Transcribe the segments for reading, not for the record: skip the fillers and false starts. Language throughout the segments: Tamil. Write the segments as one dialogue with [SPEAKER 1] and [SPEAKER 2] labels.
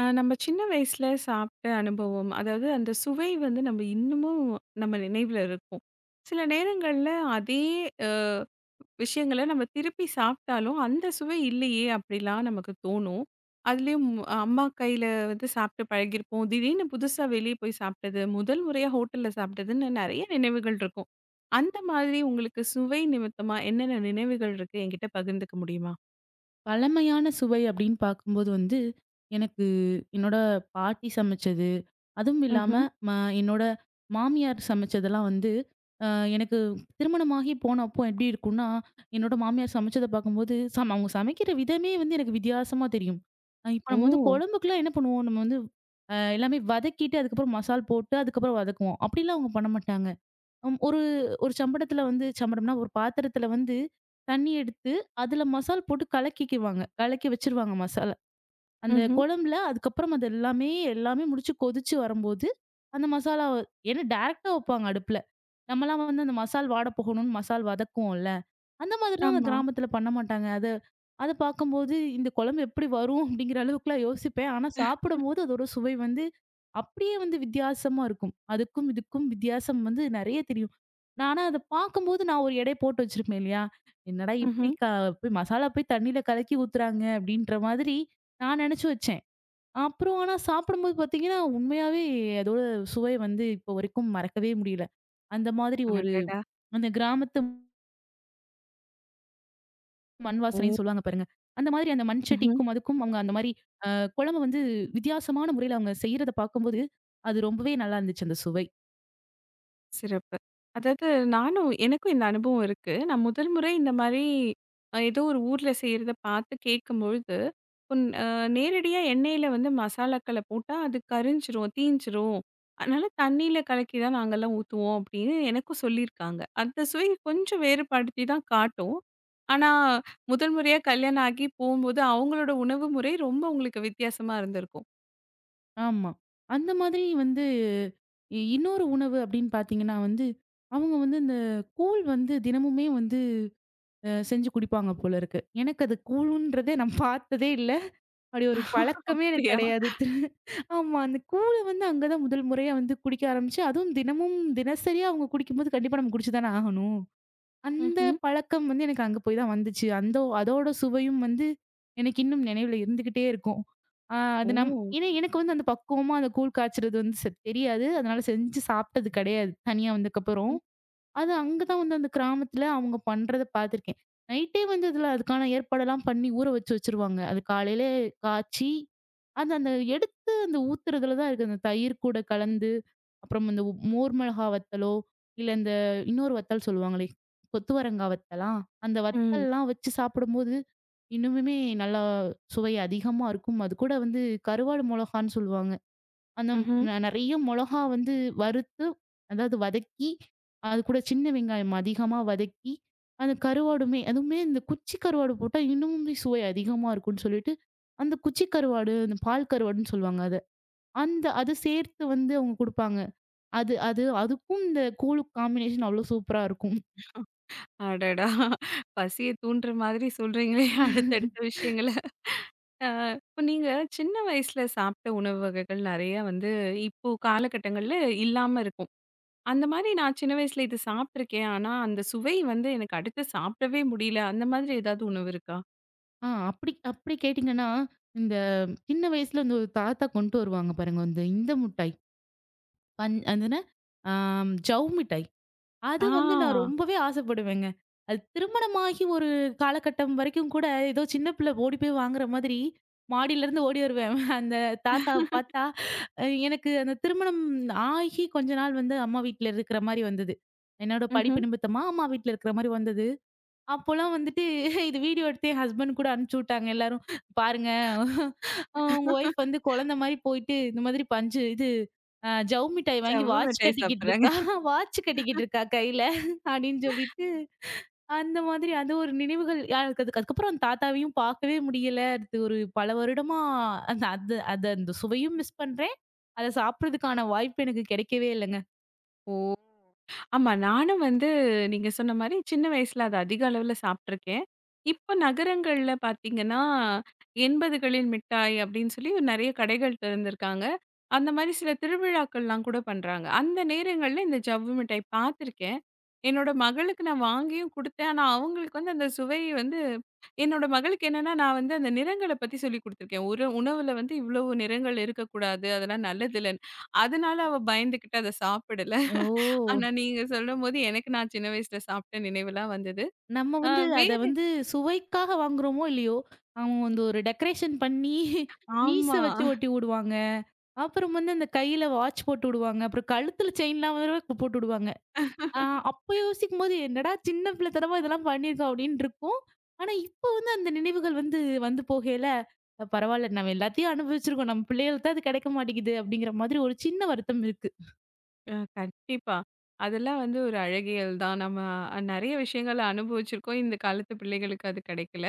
[SPEAKER 1] நம்ம சின்ன வயசுல சாப்பிட்ட அனுபவம், அதாவது அந்த சுவை வந்து நம்ம இன்னமும் நம்ம நினைவுல இருக்கும். சில நேரங்கள்ல அதே அ விஷயங்கள நம்ம திருப்பி சாப்பிட்டாலும், அந்த சுவை இல்லையே அப்படிலாம் நமக்கு தோணும். அதுலயும் அம்மா கையில வந்து சாப்பிட்டு பழகியிருப்போம். திடீர்னு புதுசா வெளியே போய் சாப்பிட்டது, முதல் முறையா ஹோட்டல்ல சாப்பிட்டதுன்னு நெறைய நினைவுகள் இருக்கும். அந்த மாதிரி உங்களுக்கு சுவை நிமித்தமா என்னென்ன நினைவுகள் இருக்கு என்கிட்ட பகிர்ந்துக்க முடியுமா?
[SPEAKER 2] பழமையான சுவை அப்படின்னு பார்க்கும்போது வந்து, எனக்கு என்னோட பாட்டி சமைச்சது, அதுவும் இல்லாம
[SPEAKER 1] ம்ஹ்ம்.
[SPEAKER 2] ம என்னோட மாமியார் சமைச்சதெல்லாம் வந்து, அ எனக்கு திருமணமாகி போன அப்போ எப்படி இருக்கும்னா, என்னோட மாமியார் சமைச்சத பார்க்கும்போது, அவங்க சமைக்கிற விதமே வந்து எனக்கு வித்தியாசமா தெரியும். இப்ப நம்ம வந்து
[SPEAKER 1] ஓ!
[SPEAKER 2] குழம்புக்குலாம் என்ன பண்ணுவோம், நம்ம வந்து எல்லாமே வதக்கிட்டு, அதுக்கப்புறம் மசால் போட்டு, அதுக்கப்புறம் வதக்குவோம். அப்படிலாம் அவங்க பண்ண மாட்டாங்க. ம், ஒரு ஒரு சம்படத்துல வந்து சம்படம்னா ஒரு பாத்திரத்துல வந்து தண்ணி எடுத்து அதுல மசால் போட்டு கலக்கிக்குவாங்க. கலக்கி வச்சுருவாங்க மசாலா. அந்த
[SPEAKER 1] ம்ஹ்ம்.
[SPEAKER 2] குழம்புல அதுக்கப்புறம் அது எல்லாமே எல்லாமே முடிச்சு கொதிச்சு வரும்போது, அந்த மசாலாவ ஏன்னா டைரக்ட்டா வைப்பாங்க அடுப்புல. நம்மலாம் வந்து அந்த மசால் வாட போகணும்னு மசால் வதக்குவோம்ல. அந்த மாதிரிலாம் அந்த
[SPEAKER 1] ஆமா.
[SPEAKER 2] கிராமத்துல பண்ண மாட்டாங்க. அத பார்க்கும்போது இந்த குழம்பு எப்படி வரும் அப்படிங்கிற அளவுக்குலாம் யோசிப்பேன். ஆனா சாப்பிடும்போது அதோட சுவை வந்து அப்படியே வந்து வித்தியாசமா இருக்கும். அதுக்கும் இதுக்கும் வித்தியாசம் வந்து நெறைய தெரியும். நான் ஆனா அத பார்க்கும்போது நான் ஒரு எடை போட்டு வச்சிருப்பேன் இல்லையா? என்னடா இப்படி
[SPEAKER 1] ம்ஹ்ம்.
[SPEAKER 2] போய் மசாலா போய் தண்ணீல கலக்கி ஊத்துறாங்க அப்படின்ற மாதிரி நான் நெனச்சு வச்சேன். அப்புறம் ஆனா சாப்பிடும்போது பார்த்தீங்கன்னா, உண்மையாவே அதோட சுவை வந்து இப்போ வரைக்கும் மறக்கவே முடியல. அந்த மாதிரி ஒரு
[SPEAKER 1] அடடா!
[SPEAKER 2] அந்த கிராமத்து மண்
[SPEAKER 1] ஓ!
[SPEAKER 2] வாசனைன்னு சொல்லுவாங்க பாருங்க. அந்த மாதிரி அந்த மண்
[SPEAKER 1] ம்ஹ்ம்.
[SPEAKER 2] சட்டிக்கும் அதுக்கும் அவங்க அந்த மாரி அ குழம்பு வந்து வித்தியாசமான முறையில அவங்க செய்றத பார்க்கும்போது, அது ரொம்பவே நல்லா இருந்துச்சு அந்த சுவை.
[SPEAKER 1] சிறப்பு. அதாவது நானும் எனக்கும் இந்த அனுபவம் இருக்கு. நான் முதல் முறை இந்த மாரி ஏதோ ஒரு ஊர்ல செய்றத பார்த்து கேட்கும்பொழுது, கொன் அ நேரடியா எண்ணெயில வந்து மசாலாக்கள போட்டா அது கரிஞ்சிரும், தீஞ்சிரும். அதனால தண்ணீல கலக்கி தான் நாங்கலாம் ஊத்துவோம் அப்படின்னு எனக்கும் சொல்லியிருக்காங்க. அந்த சுவை கொஞ்சம் வேறுபடுத்தி தான் காட்டும். ஆனா, முதல் முறையா கல்யாணம் ஆகி போம்போது அவங்களோட உணவு முறை ரொம்ப உங்களுக்கு வித்தியாசமா இருந்திருக்கும்.
[SPEAKER 2] ஆமா. அந்த மாதிரி வந்து இன்னொரு உணவு அப்படின்னு பார்த்தீங்கன்னா வந்து, அவங்க வந்து இந்த கூழ் வந்து தினமுமே வந்து செஞ்சு குடிப்பாங்க போல இருக்கு. எனக்கு அது கூழுன்றதே நான் பார்த்ததே இல்ல. அப்படி ஒரு பழக்கமே எனக்கு
[SPEAKER 1] அப்படியா?
[SPEAKER 2] கிடையாது. ஆமா. அந்த கூழ வந்து அங்க தான் முதல் முறையா வந்து குடிக்க ஆரம்பிச்சு, அதுவும் தினமும் தினசரியா அவங்க குடிக்கும்போது கண்டிப்பா நம்ம குடிச்சு தானே ஆகணும். அந்த
[SPEAKER 1] ம்ஹ்ம்.
[SPEAKER 2] பழக்கம் வந்து எனக்கு அங்க போய் தான் வந்துச்சு. அந்த அதோட சுவையும் வந்து எனக்கு இன்னும் நினைவுல இருந்துகிட்டே இருக்கும். ஆ அது நம்
[SPEAKER 1] ஓ!
[SPEAKER 2] ஏன்னா எனக்கு வந்து அந்த பக்குவமா அந்த கூழ் காய்ச்சறது வந்து தெரியாது. அதனால செஞ்சு சாப்பிட்டது கிடையாது. தனியா வந்ததுக்கப்புறம்.
[SPEAKER 1] ம்.
[SPEAKER 2] அது அங்க தான் வந்து அந்த கிராமத்துல அவங்க பண்றத பார்த்துருக்கேன். நைட்டே வந்து இதுல அதுக்கான ஏற்பாடெல்லாம் பண்ணி ஊற வச்சு வச்சுருவாங்க. அது காலையில காய்ச்சி அந்த அந்த எடுத்து அந்த ஊத்துறதுல தான் இருக்கு. அந்த தயிர் கூட கலந்து, அப்புறம் இந்த மோர் மிளகா வத்தலோ, இல்ல இந்த இன்னொரு வத்தல் சொல்லுவாங்களே, கொத்துவரங்காய் வத்தலா? அந்த வத்தல்லாம் வச்சு சாப்பிடும்போது, இன்னுமுமே நல்லா சுவை அதிகமா இருக்கும். அது கூட வந்து கருவாடு மொளகான்னு சொல்லுவாங்க. அந்த
[SPEAKER 1] ம்ஹ்ம்.
[SPEAKER 2] நிறைய மிளகா வந்து வறுத்து அதாவது வதக்கி அது கூட சின்ன வெங்காயம் அதிகமா வதக்கி அந்த கருவாடுமே அதுவுமே இந்த குச்சி கருவாடு போட்டா இன்னுமே சுவை அதிகமா இருக்கும்னு சொல்லிட்டு அந்த குச்சி கருவாடு அந்த பால் கருவாடுன்னு சொல்லுவாங்க அது அந்த அது சேர்த்து வந்து அவங்க கொடுப்பாங்க அது அது அதுக்கும் இந்த கூழு காம்பினேஷன் அவ்வளவு சூப்பரா இருக்கும்.
[SPEAKER 1] அடடா! பசிய தூண்டுற மாதிரி சொல்றீங்களே அடுத்தடுத்த விஷயங்கள. அ இப்ப நீங்க சின்ன வயசுல சாப்பிட்ட உணவு வகைகள் நெறையா வந்து இப்போ காலகட்டங்கள்ல இல்லாம இருக்கும். அந்த மாரி நான் சின்ன வயசுல இது சாப்பிட்டுருக்கேன். ஆனா அந்த சுவை வந்து எனக்கு அடுத்து சாப்பிடவே முடியல. அந்த மாதிரி ஏதாவது உணவு இருக்கா?
[SPEAKER 2] அப்படி அப்படி கேட்டிங்கன்னா இந்த சின்ன வயசுல இந்த ஒரு தாத்தா கொண்டு வருவாங்க பாருங்க இந்த இந்த மிட்டாய் பன் அதுன ஜவ் மிட்டாய்
[SPEAKER 1] ஆ.
[SPEAKER 2] அது வந்து நான் ரொம்பவே ஆசைப்படுவேங்க. அது திருமணமாகி ஒரு காலகட்டம் வரைக்கும் கூட, ஏதோ சின்ன பிள்ளை ஓடி போய் வாங்குற மாதிரி, மாடியிலருந்து ஓடி வருவேன். அந்த தாத்தாவ பார்த்தா, எனக்கு அந்த திருமணம் ஆகி கொஞ்ச நாள் வந்து அம்மா வீட்ல இருக்கிற மாரி வந்தது. என்னோட படிப்பு
[SPEAKER 1] ம்ஹ்ம்.
[SPEAKER 2] நிமித்தமா அம்மா வீட்ல இருக்கிற மாரி வந்தது. அப்போலாம் வந்துட்டு இது வீடியோ எடுத்து என் ஹஸ்பண்ட் கூட அனுப்பிச்சு விட்டாங்க எல்லாரும். "பாருங்க, உங்க ஒய்ஃப் வந்து குழந்தை மாரி போயிட்டு இந்த மாதிரி பஞ்சு இது ஜவ்வு மிட்டாய் வாங்கி
[SPEAKER 1] சவ்வு
[SPEAKER 2] வாட்ச்
[SPEAKER 1] மிட்டாய்
[SPEAKER 2] கட்டிக்கிட்டு
[SPEAKER 1] சாப்பிடுறாங்க.
[SPEAKER 2] இருக்கா. வாட்ச் கட்டிக்கிட்டு இருக்கா கையில" அப்படின்னு சொல்லிட்டு, அந்த மாதிரி அது ஒரு நினைவுகள். யாருக்கு அதுக்கு அதுக்கப்புறம் அந்த தாத்தாவையும் பார்க்கவே முடியல. அடுத்து ஒரு பல வருடமா அந்த அது அது அந்த சுவையும் மிஸ் பண்றேன். அத சாப்பிடுறதுக்கான வாய்ப்பு எனக்கு கிடைக்கவே இல்லங்க.
[SPEAKER 1] ஓ! ஆமா. நானும் வந்து நீங்க சொன்ன மாரி சின்ன வயசுல அத அதிக அளவுல சாப்ட்டுருக்கேன். இப்ப நகரங்கள்ல பார்த்தீங்கன்னா, 80களின் மிட்டாய் அப்டின்னு சொல்லி நெறைய கடைகள் திறந்திருக்காங்க. அந்த மாரி சில திருவிழாக்கள்லாம் கூட பண்றாங்க. அந்த நேரங்கள்ல இந்த ஜவ்வு மிட்டாய் பார்த்துருக்கேன். என்னோட மகளுக்கு நான் வாங்கியும் குடுத்தேன். ஆனா அவங்களுக்கு வந்து அந்த சுவை வந்து என்னோட மகளுக்கு என்னன்னா, நான் வந்து அந்த நிறங்கள பத்தி சொல்லிக் குடுத்துருக்கேன். ஒரு உணவுல வந்து இவ்வளவு நிறங்கள் இருக்கக்கூடாது. அதெல்லாம் நல்லதில்லன்னு. அதனால அவ பயந்துகிட்டு அத சாப்பிடல.
[SPEAKER 2] ஓ!
[SPEAKER 1] ஆனா நீங்க சொல்லும்போது எனக்கு நான் சின்ன வயசுல சாப்பிட்ட நினைவெல்லாம் வந்தது.
[SPEAKER 2] நம்ம
[SPEAKER 1] அ
[SPEAKER 2] வந்து அத
[SPEAKER 1] வேறு
[SPEAKER 2] வந்து சுவைக்காக வாங்குறோமோ! இல்லயோ! அவங்க வந்து ஒரு டெக்கரேஷன் பண்ணி மீச
[SPEAKER 1] ஆமா.
[SPEAKER 2] வச்சு ஒட்டி உடுவாங்க. அப்புறம் வந்து அந்த கையில வாட்ச் போட்டு உடுவாங்க. அப்புறம் கழுத்துல செயின்லாம் வேற போட்டு உடுவாங்க. ஆ அப்ப யோசிக்கும்போது, "என்னடா சின்ன பிள்ளைத்தனமா இதெல்லாம் பண்ணியிருக்கோம்" அப்டின்னு இருக்கும். ஆனா, இப்போ வந்து அந்த நினைவுகள் வந்து வந்து போகையில, "பரவால்ல நம்ம எல்லாத்தையும் அனுபவிச்சிருக்கோம். நம்ம பிள்ளைகளுக்கு தான் அது கிடைக்க மாட்டேங்குது" அப்டிங்கிற மாதிரி ஒரு சின்ன வருத்தம் இருக்கு.
[SPEAKER 1] கண்டிப்பா. அதெல்லாம் வந்து ஒரு அழகியல் தான். நம்ம நெறைய விஷயங்கள அனுபவிச்சிருக்கோம். இந்த காலத்து பிள்ளைகளுக்கு அது கிடைக்கல.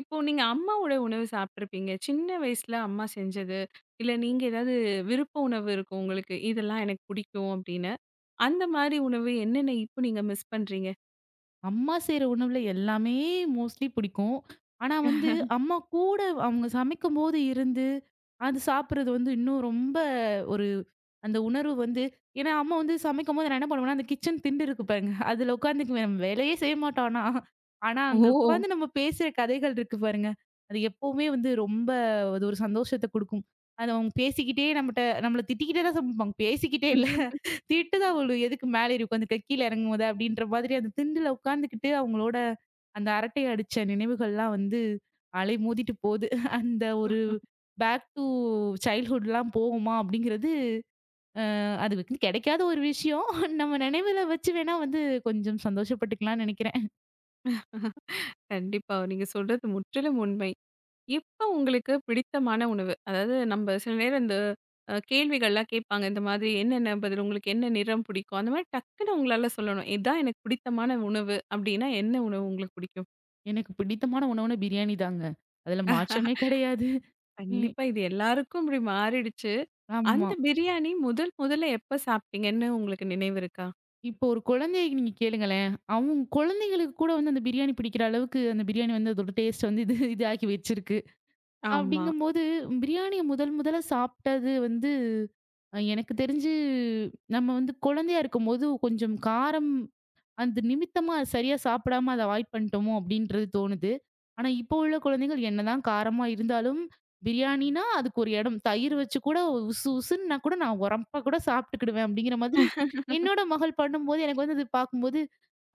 [SPEAKER 1] இப்போ நீங்க அம்மாவோட உணவு சாப்பிட்டுருப்பீங்க. சின்ன வயசுல அம்மா செஞ்சது, இல்ல நீங்க ஏதாவது விருப்ப உணவு இருக்கும் உங்களுக்கு. இதெல்லாம் எனக்கு பிடிக்கும் அப்படின்னு. அந்த மாரி உணவு என்னென்ன இப்போ நீங்க மிஸ் பண்றீங்க?
[SPEAKER 2] அம்மா செய்ற உணவுல எல்லாமே மோஸ்ட்லி பிடிக்கும். ஆனா வந்து, அம்மா கூட அவங்க சமைக்கும்போது இருந்து, அது சாப்பிடுறது வந்து இன்னும் ரொம்ப ஒரு அந்த உணர்வு வந்து ஏன்னா அம்மா வந்து சமைக்கும்போது நான் என்ன பண்ணுவேன்னா, அந்த கிச்சன் திண்டு இருக்கு பாருங்க. அதுல உட்காந்துக்குவேன். நம்ம வேலையே செய்ய மாட்டோம் ஆனா. ஆனா அங்க
[SPEAKER 1] ஓ!
[SPEAKER 2] உட்காந்து நம்ம பேசுற கதைகள் இருக்கு பாருங்க. அது எப்பவுமே வந்து ரொம்ப அது ஒரு சந்தோஷத்த குடுக்கும். அது அவங்க பேசிக்கிட்டே நம்மட்ட நம்மள திட்டிக்கிட்டே தான் சமைப்பாங்க. பேசிக்கிட்டே இல்ல. திட்டுதான் விழும். "எதுக்கு மேல ஏறி உட்காந்துருக்க? கீழ இறங்கும்போது" அப்படின்ற மாதிரி அந்த திண்டுல உட்கார்ந்துக்கிட்டு அவங்களோட அந்த அரட்டை அடிச்ச நினைவுகள்லாம் வந்து அலை மோதிட்டு போது. அந்த ஒரு பேக் டூ சைல்ட்ஹுட்லாம் போவோமா அப்படிங்கிறது, அது வந்து கிடைக்காத ஒரு விஷயம். நம்ம நினைவுல வச்சு வேணா வந்து கொஞ்சம் சந்தோஷப்பட்டுக்கலாம்னு நினைக்கிறேன்.
[SPEAKER 1] கண்டிப்பா. நீங்க சொல்றது முற்றிலும் உண்மை. இப்ப உங்களுக்கு பிடித்தமான உணவு? அதாவது நம்ம சில நேரம் இந்த கேள்விகள்லாம் கேட்பாங்க. இந்த மாதிரி என்னென்ன பதில் உங்களுக்கு என்ன நிறம் பிடிக்கும்? அந்த மாரி டக்குனு உங்களால சொல்லணும். இதான் எனக்கு பிடித்தமான உணவு அப்டின்னா, என்ன உணவு உங்களுக்கு பிடிக்கும்?
[SPEAKER 2] எனக்கு பிடித்தமான உணவுனா பிரியாணி தாங்க. அதுல மாற்றமே கிடையாது. ம்.
[SPEAKER 1] கண்டிப்பா இது எல்லாருக்கும் இப்டி மாறிடுச்சு. அந்த
[SPEAKER 2] ஆமா.
[SPEAKER 1] பிரியாணி முதல் முதல்ல எப்ப சாப்பிட்டீங்கன்னு உங்களுக்கு நினைவு இருக்கா?
[SPEAKER 2] இப்போ ஒரு குழந்தைய நீங்க கேளுங்களேன். அவங்க குழந்தைங்களுக்கு கூட வந்து அந்த பிரியாணி பிடிக்கிற அளவுக்கு அந்த பிரியாணி வந்து அதோட டேஸ்ட் வந்து இது இதாக்கி வச்சிருக்கு.
[SPEAKER 1] ஆமா.
[SPEAKER 2] அப்படிங்கும்போது பிரியாணிய முதல் முதல்ல சாப்பிட்டது வந்து எனக்கு தெரிஞ்சு நம்ம வந்து குழந்தையா இருக்கும்போது கொஞ்சம் காரம் அந்த நிமித்தமா அது சரியா சாப்பிடாம அத அவாய்ட் பண்ணிட்டோமோ அப்படின்றது தோணுது. ஆனா, இப்போ உள்ள குழந்தைகள் என்னதான் காரமா இருந்தாலும், பிரியாணின்னா அதுக்கு ஒரு இடம். தயிர் வச்சு கூட உசு உசுன்னா கூட நான் உரப்பா கூட சாப்பிட்டுக்கிடுவேன் அப்படிங்கிற மாதிரி, என்னோட மகள் பண்ணும்போது எனக்கு வந்து அது பார்க்கும்போது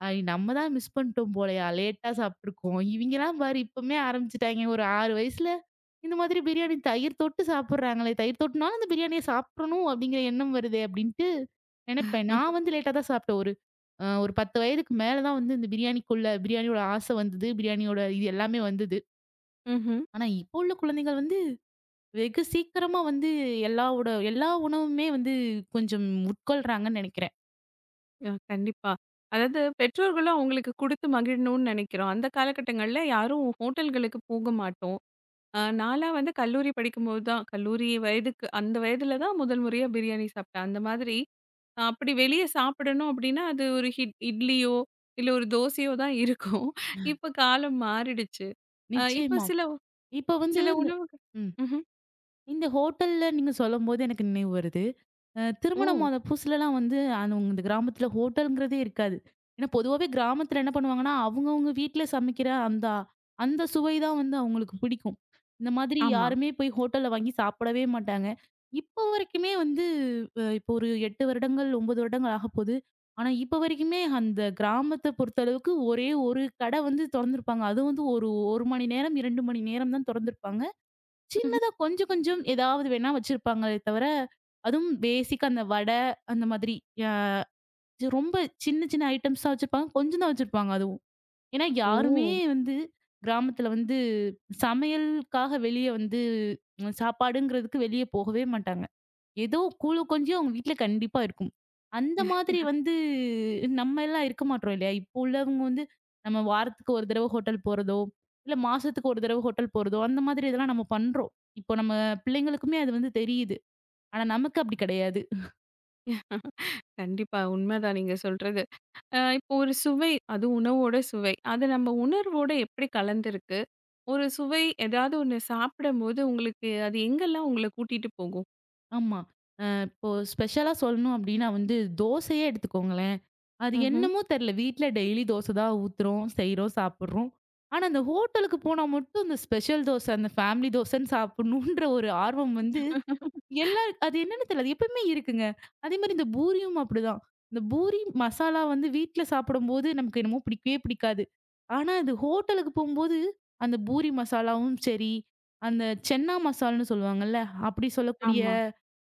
[SPEAKER 2] ஐ நம்ம தான் மிஸ் பண்ணிட்டோம் போலயா! லேட்டா சாப்பிட்டுருக்கோம். இவிங்கலாம் பாரு இப்பமே ஆரம்பிச்சுட்டாய்ங்க. ஒரு 6 வயசுல இந்த மாதிரி பிரியாணி தயிர் தொட்டு சாப்பிடுறாங்களே! தயிர் தொட்டுனாலும் அந்த பிரியாணிய சாப்பிடணும் அப்பிடிங்கிற எண்ணம் வருதே! அப்பிடின்ட்டு நினைப்பேன். நான் வந்து லேட்டா தான் சாப்பிட்டேன். ஒரு ஒரு 10 வயதுக்கு மேல தான் வந்து இந்த பிரியாணிக்குள்ள பிரியாணியோட ஆசை வந்தது. பிரியாணியோட இது எல்லாமே வந்தது.
[SPEAKER 1] ம்ஹ்ம்.
[SPEAKER 2] ஆனா, இப்போ உள்ள குழந்தைகள் வந்து வெகு சீக்கிரமா வந்து எல்லாவோட எல்லா உணவுமே வந்து கொஞ்சம் உட்கொள்றாங்கன்னு நினைக்கிறேன்.
[SPEAKER 1] கண்டிப்பா. அதாவது பெற்றோர்களும் அவங்களுக்கு குடுத்து மகிழணும்னு நெனைக்கிறோம். அந்த காலகட்டங்கள்ல யாரும் ஹோட்டல்களுக்கு போக மாட்டோம். நான்லாம் வந்து கல்லூரி படிக்கும்போது தான் கல்லூரி வயதுக்கு அந்த வயதில தான் முதல் முறையா பிரியாணி சாப்பிட்டேன். அந்த மாதிரி நான் அப்படி வெளிய சாப்பிடணும் அப்படின்னா, அது ஒரு ஹிட் இட்லியோ, இல்ல ஒரு தோசையோ தான் இருக்கும். இப்ப காலம் மாறிடுச்சு. இப்ப
[SPEAKER 2] நிச்சயமா.
[SPEAKER 1] சில
[SPEAKER 2] இப்ப வந்து
[SPEAKER 1] சில
[SPEAKER 2] இந்த
[SPEAKER 1] உணவுகள்
[SPEAKER 2] ம்.
[SPEAKER 1] ம்ஹ்ம்.
[SPEAKER 2] இந்த ஹோட்டல்ல நீங்க சொல்லும்போது எனக்கு நினைவு வருது.
[SPEAKER 1] ஓ!
[SPEAKER 2] திருமணமான புதுசுலலாம் வந்து அந்த உங்க- இந்த கிராமத்துல ஹோட்டல்ங்கிறதே இருக்காது. ஏன்னா பொதுவாவே கிராமத்துல என்ன பண்ணுவாங்கன்னா, அவங்கவங்க வீட்ல சமைக்கிற அந்த அந்த சுவை தான் வந்து அவங்களுக்கு பிடிக்கும். இந்த மாதிரி
[SPEAKER 1] ஆமா.
[SPEAKER 2] யாருமே போய் ஹோட்டல்ல வாங்கி சாப்பிடவே மாட்டாங்க. இப்போ வரைக்குமே வந்து இப்போ ஒரு 8 வருடங்கள், 9 வருடங்கள் ஆகப்போது. ஆனா இப்போ வரைக்குமே அந்த கிராமத்த பொறுத்தளவுக்கு ஒரே ஒரு கடை வந்து தொறந்திருப்பாங்க. அதுவும் வந்து ஒரு 1 மணி நேரம், 2 மணி நேரம் தான் தொறந்திருப்பாங்க.
[SPEAKER 1] ம்ஹ்ம்.
[SPEAKER 2] சின்னதா கொஞ்சம் கொஞ்சம் ஏதாவது வேணா வச்சிருப்பாங்களே தவிர, அதுவும் பேசிக்கா அந்த வடை அந்த மாதிரி அ ரொம்ப சின்ன சின்ன ஐட்டம்ஸா வச்சிருப்பாங்க. கொஞ்சம் தான் வச்சிருப்பாங்க அதுவும். ஏன்னா
[SPEAKER 1] ஓ!
[SPEAKER 2] யாருமே வந்து கிராமத்துல வந்து சமையலுக்காக வெளிய வந்து சாப்பாடுங்கிறதுக்கு வெளிய போகவே மாட்டாங்க. ஏதோ கூலு கொஞ்சம் அவங்க வீட்ல கண்டிப்பா இருக்கும். அந்த மாதிரி வந்து நம்ம எல்லாம் இருக்க மாட்றோம் இல்லையா? இப்போ உள்ளவங்க வந்து நம்ம வாரத்துக்கு ஒரு தடவ ஹோட்டல் போறதோ, இல்ல மாசத்துக்கு ஒரு தடவ ஹோட்டல் போறதோ, அந்த மாதிரி இதெல்லாம் நம்ம பண்றோம். இப்போ நம்ம பிள்ளைங்களுக்குமே அது வந்து தெரியுது. ஆனா நமக்கு அப்படி கிடையாது.
[SPEAKER 1] கண்டிப்பா. உண்மைதான் நீங்க சொல்றது. இப்போ ஒரு சுவை, அது உணவோட சுவை. அது நம்ம உணர்வோட எப்படி கலந்திருக்கு? ஒரு சுவை ஏதாவது ஒண்ணு சாப்பிடும்போது உங்களுக்கு அது எங்கெல்லாம் உங்கள கூட்டிட்டு போகும்?
[SPEAKER 2] ஆமா. இப்போ ஸ்பெஷலா சொல்லணும் அப்படின்னா வந்து தோசையே எடுத்துக்கோங்களேன். அது
[SPEAKER 1] ம்ஹ்ம்.
[SPEAKER 2] என்னமோ தெரியல. வீட்ல டெய்லி தோசை தான் ஊத்துறோம், செய்றோம், சாப்பிடுறோம். ஆனா அந்த ஹோட்டலுக்கு போனா மட்டும் அந்த ஸ்பெஷல் தோசை, அந்த ஃபேமிலி தோசைன்னு சாப்பிடணுன்ற ஒரு ஆர்வம் வந்து எல்லாரு அது என்னன்னு தெரியல. அது எப்பவுமே இருக்குங்க. அதே மாரி இந்த பூரியும் அப்படிதான். இந்த பூரி மசாலா வந்து வீட்ல சாப்பிடும்போது நமக்கு என்னமோ பிடிக்கவே பிடிக்காது. ஆனா அது ஹோட்டலுக்கு போம்போது, அந்த பூரி மசாலாவும் சரி, அந்த சென்னா மசால்ன்னு சொல்லுவாங்கல்ல, அப்படி சொல்லக்கூடிய
[SPEAKER 1] ஆமா.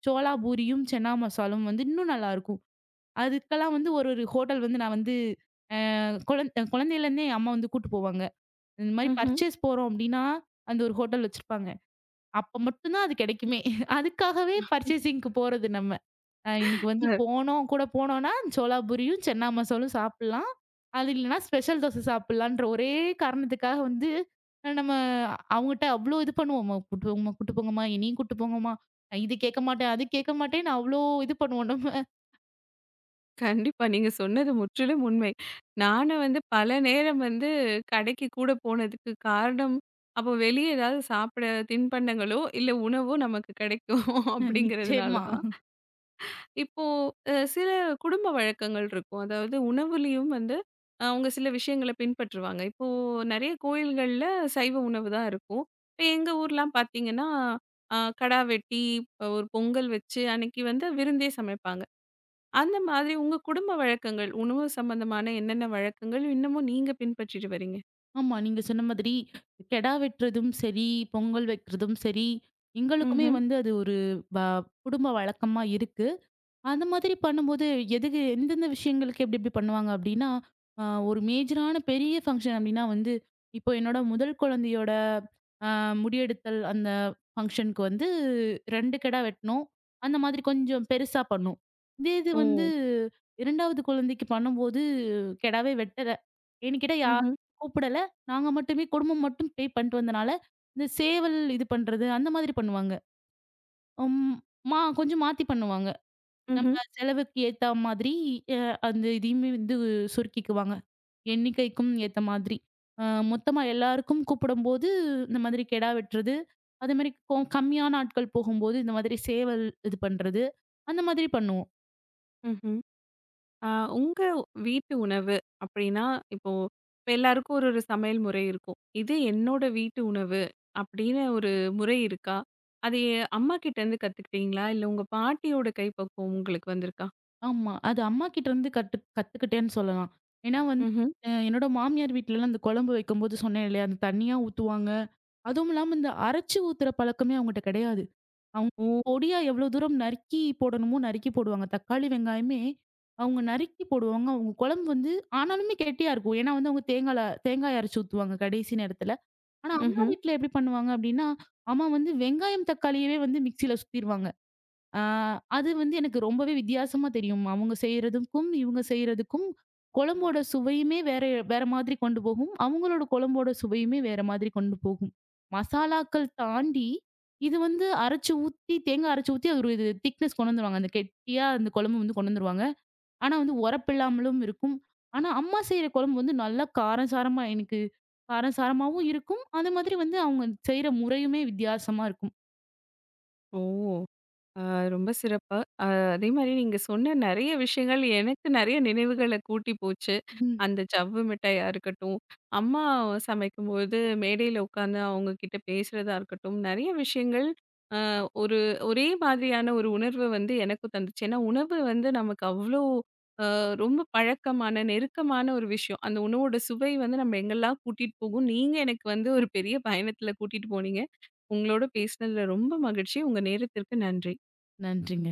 [SPEAKER 2] சோளா பூரியும், சென்னா மசாலும் வந்து இன்னும் நல்லாயிருக்கும். அதுக்கெல்லாம் வந்து ஒரு ஒரு ஹோட்டல் வந்து நான் வந்து அ குழந்தையிலேருந்தே என் அம்மா வந்து கூட்டு போவாங்க. இந்த மாரி
[SPEAKER 1] ம்ஹ்ம்.
[SPEAKER 2] பர்ச்சேஸ் போறோம் அப்படின்னா, அந்த ஒரு ஹோட்டல் வச்சிருப்பாங்க. அப்ப மட்டும் தான் அது கிடைக்குமே. அதுக்காகவே பர்ச்சேசிங்க்கு போறது நம்ம. இன்னைக்கு வந்து
[SPEAKER 1] அ
[SPEAKER 2] போனோம் கூட போனோம்னா, சோளா பூரியும், சென்னா மசாலும் சாப்பிடலாம். அது இல்லன்னா ஸ்பெஷல் தோசை சாப்பிடலான்ற ஒரே காரணத்துக்காக வந்து நம்ம அவங்கட்ட அவ்ளோ இது பண்ணுவோம். "அம்மா, கூட்டு போங்கம்மா, கூட்டு போங்கம்மா, என்னையும் கூட்டு போங்கம்மா. நான் இது கேட்க மாட்டேன், அது கேட்க மாட்டேன்னு அவ்ளோ இது பண்ணுவோம் நம்ம.
[SPEAKER 1] கண்டிப்பா. நீங்க சொன்னது முற்றிலும் உண்மை. நானும் வந்து பல நேரம் வந்து கடைக்கு கூட போனதுக்கு காரணம், அப்போ வெளிய ஏதாவது சாப்பிட தின்பண்டங்களோ, இல்ல உணவோ நமக்கு கிடைக்கும் அப்படிங்கிறதுனால
[SPEAKER 2] நிச்சயமா.
[SPEAKER 1] தான். இப்போ சில குடும்ப வழக்கங்கள் இருக்கும். அதாவது உணவுலயும் வந்து அவங்க சில விஷயங்கள பின்பற்றுவாங்க. இப்போ நெறைய கோயில்கள்ல சைவ உணவு தான் இருக்கும். இப்ப எங்க ஊர்லாம் பார்த்தீங்கன்னா, கடா வெட்டி, ஒரு பொங்கல் வச்சு அன்னைக்கு வந்து விருந்தே சமைப்பாங்க. அந்த மாதிரி உங்க குடும்ப வழக்கங்கள், உணவு சம்பந்தமான என்னென்ன வழக்கங்கள் இன்னமும் நீங்க பின்பற்றிட்டு வரீங்க?
[SPEAKER 2] ஆமா. நீங்க சொன்ன மாதிரி கெடா வெட்டுறதும் சரி, பொங்கல் வைக்கிறதும் சரி, எங்களுக்குமே
[SPEAKER 1] ம்ஹ்ம்.
[SPEAKER 2] வந்து அது ஒரு வ குடும்ப வழக்கமா இருக்கு. அந்த மாதிரி பண்ணும்போது, எதுக்கு எந்தெந்த விஷயங்களுக்கு எப்டி எப்டி பண்ணுவாங்க அப்டின்னா, அ ஒரு மேஜரான பெரிய ஃபங்ஷன் அப்டின்னா வந்து, இப்போ என்னோட முதல் குழந்தையோட அ முடியெடுத்தல் அந்த ஃபங்ஷனுக்கு வந்து 2 கெடா வெட்டணும். அந்த மாதிரி கொஞ்சம் பெருசா பண்ணோம். இதே இது
[SPEAKER 1] ஓ!
[SPEAKER 2] வந்து 2வது குழந்தைக்கு பண்ணும்போது கெடாவே வெட்டல. ஏன்னு கேட்டா யாரும்
[SPEAKER 1] ம்ஹ்ம்.
[SPEAKER 2] கூப்பிடல. நாங்க மட்டுமே குடும்பம் மட்டும் பண்ணிட்டு வந்தனால, இந்த சேவல் இது பண்றது அந்த மாதிரி பண்ணுவாங்க. ம் மா கொஞ்சம் மாத்தி பண்ணுவாங்க. நம்ம
[SPEAKER 1] ம்ஹ்ம்.
[SPEAKER 2] செலவுக்கு ஏத்தா மாதிரி அ அந்த இதையுமே வந்து சுருக்கிக்குவாங்க. எண்ணிக்கைக்கும் ஏத்த மாதிரி. அ மொத்தமா எல்லாருக்கும் கூப்பிடும்போது, இந்த மாதிரி கெடா வெட்டுறது, அதேமாரி கம்மியான ஆட்கள் போகும்போது, இந்த மாதிரி சேவல் இது பண்றது, அந்த மாதிரி பண்ணுவோம்.
[SPEAKER 1] ம்ஹ்ம். ஆ உங்க வீட்டு உணவு அப்படின்னா, இப்போ இப்ப எல்லாருக்கும் ஒரு ஒரு சமையல் முறை இருக்கும். இது என்னோட வீட்டு உணவு அப்படின்னு ஒரு முறை இருக்கா? அது அம்மா கிட்ட இருந்து கத்துக்கிட்டீங்களா? இல்ல உங்க பாட்டியோட கைப்பக்குவம் உங்களுக்கு வந்திருக்கா?
[SPEAKER 2] ஆமா. அது அம்மாகிட்ட இருந்து கத்துக்கிட்டேன்னு சொல்லலாம். ஏன்னா வந்து
[SPEAKER 1] ம்ஹ்ம்.
[SPEAKER 2] என்னோட மாமியார் வீட்லலாம் அந்த குழம்பு வைக்கும்போது சொன்னேன் இல்லையா? அந்த தண்ணியா ஊத்துவாங்க. அதுவும் இல்லாம இந்த அரைச்சு ஊத்துற பழக்கமே அவங்கட்ட கிடையாது. அவங்க
[SPEAKER 1] ஓ!
[SPEAKER 2] பொடியா எவ்வளோ தூரம் நறுக்கி போடணுமோ நறுக்கி போடுவாங்க. தக்காளி, வெங்காயமே அவங்க நறுக்கி போடுவாங்க. அவங்க குழம்பு வந்து ஆனாலுமே கெட்டியா இருக்கும். ஏன்னா வந்து அவங்க தேங்காய் அரைச்சு ஊத்துவாங்க கடைசி நேரத்துல. ஆனா அம்மா
[SPEAKER 1] ம்ஹ்ம்.
[SPEAKER 2] வீட்ல எப்படி பண்ணுவாங்க அப்படின்னா, அம்மா வந்து வெங்காயம், தக்காளியவே வந்து மிக்ஸியில சுத்திருவாங்க. ஆ, அது வந்து எனக்கு ரொம்பவே வித்தியாசமா தெரியும். அவங்க செய்றதுக்கும், இவங்க செய்றதுக்கும் குழம்போட சுவையுமே வேற வேற மாதிரி கொண்டு போகும். அவங்களோட குழம்போட சுவையுமே வேற மாதிரி கொண்டு போகும். மசாலாக்கள் தாண்டி, இது வந்து அரைச்சு ஊத்தி, தேங்காய் அரைச்சு ஊத்தி அது ஒரு இது திக்னெஸ் கொண்டு வந்துருவாங்க. அந்த கெட்டியா அந்த குழம்பு வந்து கொண்டு வந்துருவாங்க. ஆனா வந்து உரப்பில்லாமலும் இருக்கும். ஆனா அம்மா செய்ற குழம்பு வந்து நல்லா காரம் சாரமா எனக்கு காரம் சாரமாவும் இருக்கும். அது மாதிரி வந்து அவங்க செய்ற முறையுமே வித்தியாசமா இருக்கும்.
[SPEAKER 1] ஓ! ஆ ரொம்ப சிறப்பா. அ அதே மாரி நீங்க சொன்ன நெறைய விஷயங்கள் எனக்கு நெறைய நினைவுகள கூட்டி போச்சு.
[SPEAKER 2] ம்.
[SPEAKER 1] அந்த சவ்வு மிட்டாயா இருக்கட்டும், அம்மா சமைக்கும்போது மேடையில உட்காந்து அவங்க கிட்ட பேசுறதா இருக்கட்டும், நெறைய விஷயங்கள் அ ஒரு ஒரே மாதிரியான ஒரு உணர்வு வந்து எனக்கும் தந்துச்சு. ஏன்னா உணவு வந்து நமக்கு அவ்ளோ அ ரொம்ப பழக்கமான, நெருக்கமான ஒரு விஷயம். அந்த உணவோட சுவை வந்து நம்ம எங்கெல்லாம் கூட்டிட்டு போகும். நீங்க எனக்கு வந்து ஒரு பெரிய பயணத்துல கூட்டிட்டு போனீங்க. உங்களோட பேசினதுல ரொம்ப மகிழ்ச்சி. உங்க நேரத்திற்கு நன்றி.
[SPEAKER 2] நன்றிங்க.